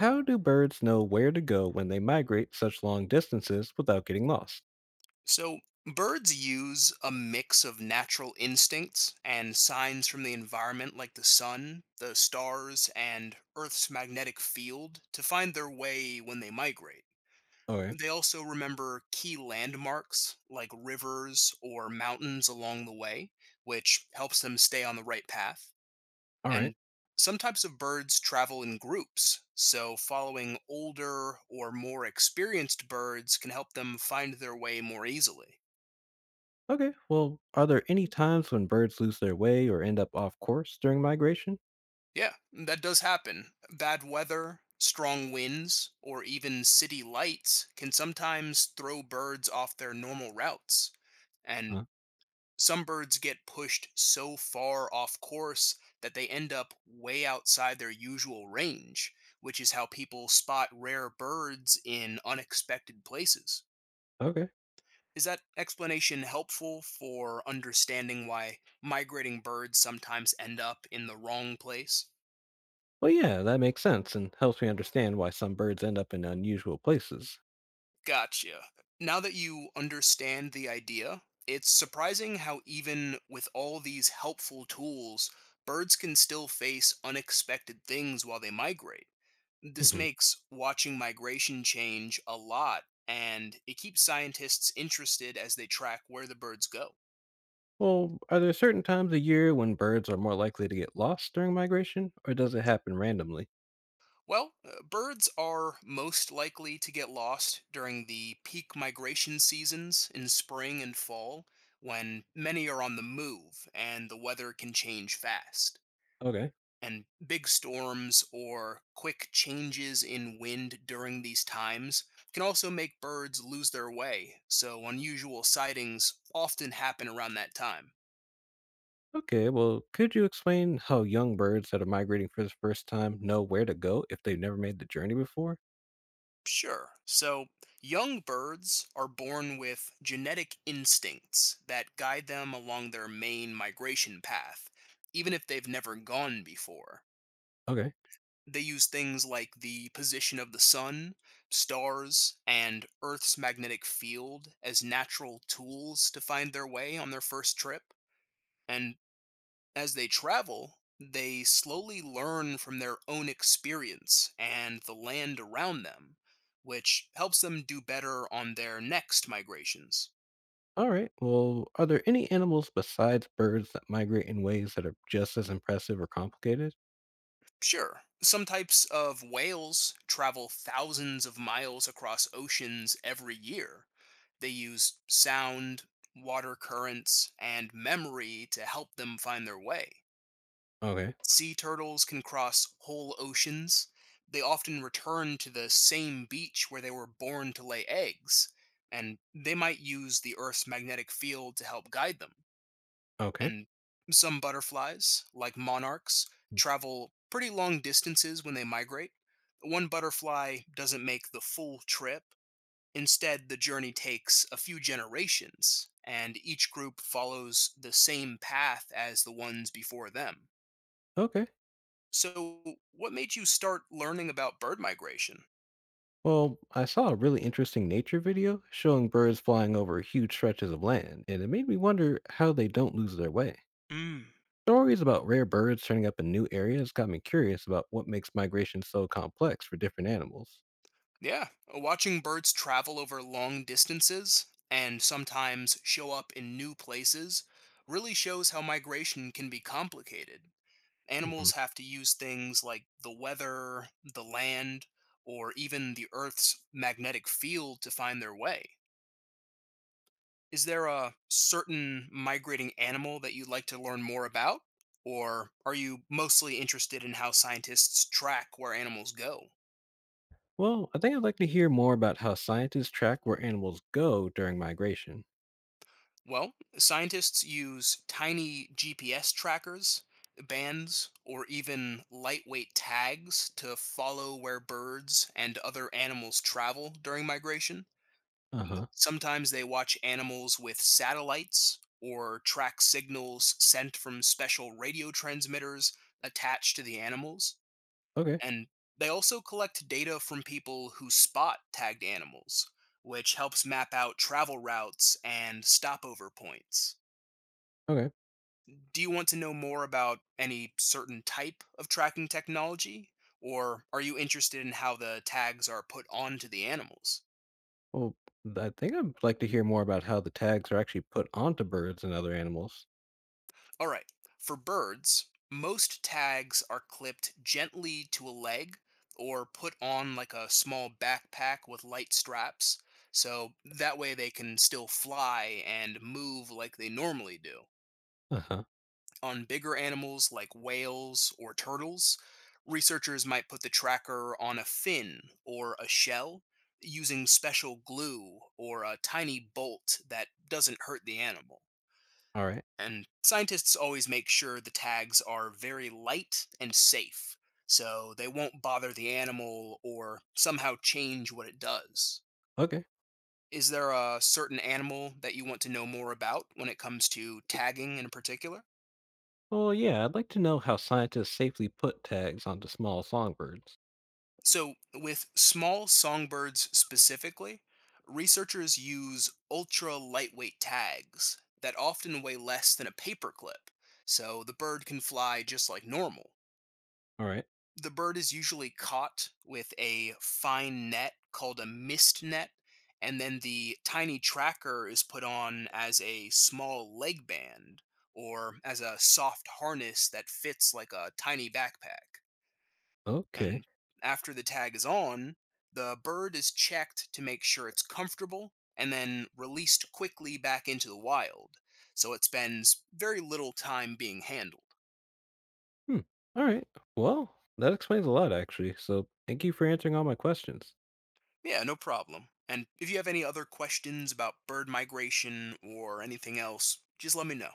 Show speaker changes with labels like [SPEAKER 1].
[SPEAKER 1] How do birds know where to go when they migrate such long distances without getting lost?
[SPEAKER 2] So, birds use a mix of natural instincts and signs from the environment like the sun, the stars, and Earth's magnetic field to find their way when they migrate.
[SPEAKER 1] All right.
[SPEAKER 2] They also remember key landmarks like rivers or mountains along the way, which helps them stay on the right path.
[SPEAKER 1] All right.
[SPEAKER 2] And some types of birds travel in groups, so following older or more experienced birds can help them find their way more easily.
[SPEAKER 1] Okay. Well, are there any times when birds lose their way or end up off course during migration?
[SPEAKER 2] Yeah, that does happen. Bad weather, strong winds, or even city lights can sometimes throw birds off their normal routes. And
[SPEAKER 1] Huh.
[SPEAKER 2] some birds get pushed so far off course that they end up way outside their usual range, which is how people spot rare birds in unexpected places.
[SPEAKER 1] Okay.
[SPEAKER 2] Is that explanation helpful for understanding why migrating birds sometimes end up in the wrong place?
[SPEAKER 1] Well, yeah, that makes sense and helps me understand why some birds end up in unusual places.
[SPEAKER 2] Gotcha. Now that you understand the idea, it's surprising how, even with all these helpful tools, birds can still face unexpected things while they migrate. This
[SPEAKER 1] Hmm.
[SPEAKER 2] makes watching migration change a lot, and it keeps scientists interested as they track where the birds go.
[SPEAKER 1] Well, are there certain times of year when birds are more likely to get lost during migration, or does it happen randomly?
[SPEAKER 2] Well, birds are most likely to get lost during the peak migration seasons in spring and fall when many are on the move and the weather can change fast.
[SPEAKER 1] Okay.
[SPEAKER 2] And big storms or quick changes in wind during these times can also make birds lose their way, so unusual sightings often happen around that time.
[SPEAKER 1] Okay, well, could you explain how young birds that are migrating for the first time know where to go if they've never made the journey before?
[SPEAKER 2] Sure. So, young birds are born with genetic instincts that guide them along their main migration path, even if they've never gone before.
[SPEAKER 1] Okay.
[SPEAKER 2] They use things like the position of the sun, stars, and Earth's magnetic field as natural tools to find their way on their first trip. And as they travel, they slowly learn from their own experience and the land around them, which helps them do better on their next migrations.
[SPEAKER 1] All right. Well, are there any animals besides birds that migrate in ways that are just as impressive or complicated?
[SPEAKER 2] Sure, some types of whales travel thousands of miles across oceans every year. They use sound, water currents, and memory to help them find their way.
[SPEAKER 1] Okay.
[SPEAKER 2] Sea turtles can cross whole oceans. They often return to the same beach where they were born to lay eggs, and they might use the Earth's magnetic field to help guide them.
[SPEAKER 1] Okay.
[SPEAKER 2] And some butterflies, like monarchs,
[SPEAKER 1] Mm.
[SPEAKER 2] travel pretty long distances when they migrate. One butterfly doesn't make the full trip. Instead, the journey takes a few generations, and each group follows the same path as the ones before them.
[SPEAKER 1] Okay.
[SPEAKER 2] So, what made you start learning about bird migration?
[SPEAKER 1] Well, I saw a really interesting nature video showing birds flying over huge stretches of land, and it made me wonder how they don't lose their way.
[SPEAKER 2] Mm.
[SPEAKER 1] Stories about rare birds turning up in new areas got me curious about what makes migration so complex for different animals.
[SPEAKER 2] Yeah, watching birds travel over long distances and sometimes show up in new places really shows how migration can be complicated.
[SPEAKER 1] Mhm.
[SPEAKER 2] Animals have to use things like the weather, the land, or even the Earth's magnetic field to find their way. Is there a certain migrating animal that you'd like to learn more about? Or are you mostly interested in how scientists track where animals go?
[SPEAKER 1] Well, I think I'd like to hear more about how scientists track where animals go during migration.
[SPEAKER 2] Well, scientists use tiny GPS trackers, bands, or even lightweight tags to follow where birds and other animals travel during migration.
[SPEAKER 1] Uh huh.
[SPEAKER 2] Sometimes they watch animals with satellites or track signals sent from special radio transmitters attached to the animals.
[SPEAKER 1] Okay.
[SPEAKER 2] And they also collect data from people who spot tagged animals, which helps map out travel routes and stopover points.
[SPEAKER 1] Okay.
[SPEAKER 2] Do you want to know more about any certain type of tracking technology? Or are you interested in how the tags are put onto the animals?
[SPEAKER 1] Well, I think I'd like to hear more about how the tags are actually put onto birds and other animals.
[SPEAKER 2] All right. For birds, most tags are clipped gently to a leg or put on like a small backpack with light straps. So that way they can still fly and move like they normally do.
[SPEAKER 1] Uh huh.
[SPEAKER 2] On bigger animals like whales or turtles, researchers might put the tracker on a fin or a shell using special glue or a tiny bolt that doesn't hurt the animal.
[SPEAKER 1] All right.
[SPEAKER 2] And scientists always make sure the tags are very light and safe, so they won't bother the animal or somehow change what it does.
[SPEAKER 1] Okay.
[SPEAKER 2] Is there a certain animal that you want to know more about when it comes to tagging in particular?
[SPEAKER 1] Well, yeah, I'd like to know how scientists safely put tags onto small songbirds.
[SPEAKER 2] So, with small songbirds specifically, researchers use ultra lightweight tags that often weigh less than a paperclip, so the bird can fly just like normal.
[SPEAKER 1] All right.
[SPEAKER 2] The bird is usually caught with a fine net called a mist net, and then the tiny tracker is put on as a small leg band or as a soft harness that fits like a tiny backpack.
[SPEAKER 1] Okay.
[SPEAKER 2] And after the tag is on, the bird is checked to make sure it's comfortable and then released quickly back into the wild, so it spends very little time being handled.
[SPEAKER 1] Hmm. All right. Well, that explains a lot, actually. So thank you for answering all my questions.
[SPEAKER 2] Yeah, no problem. And if you have any other questions about bird migration or anything else, just let me know.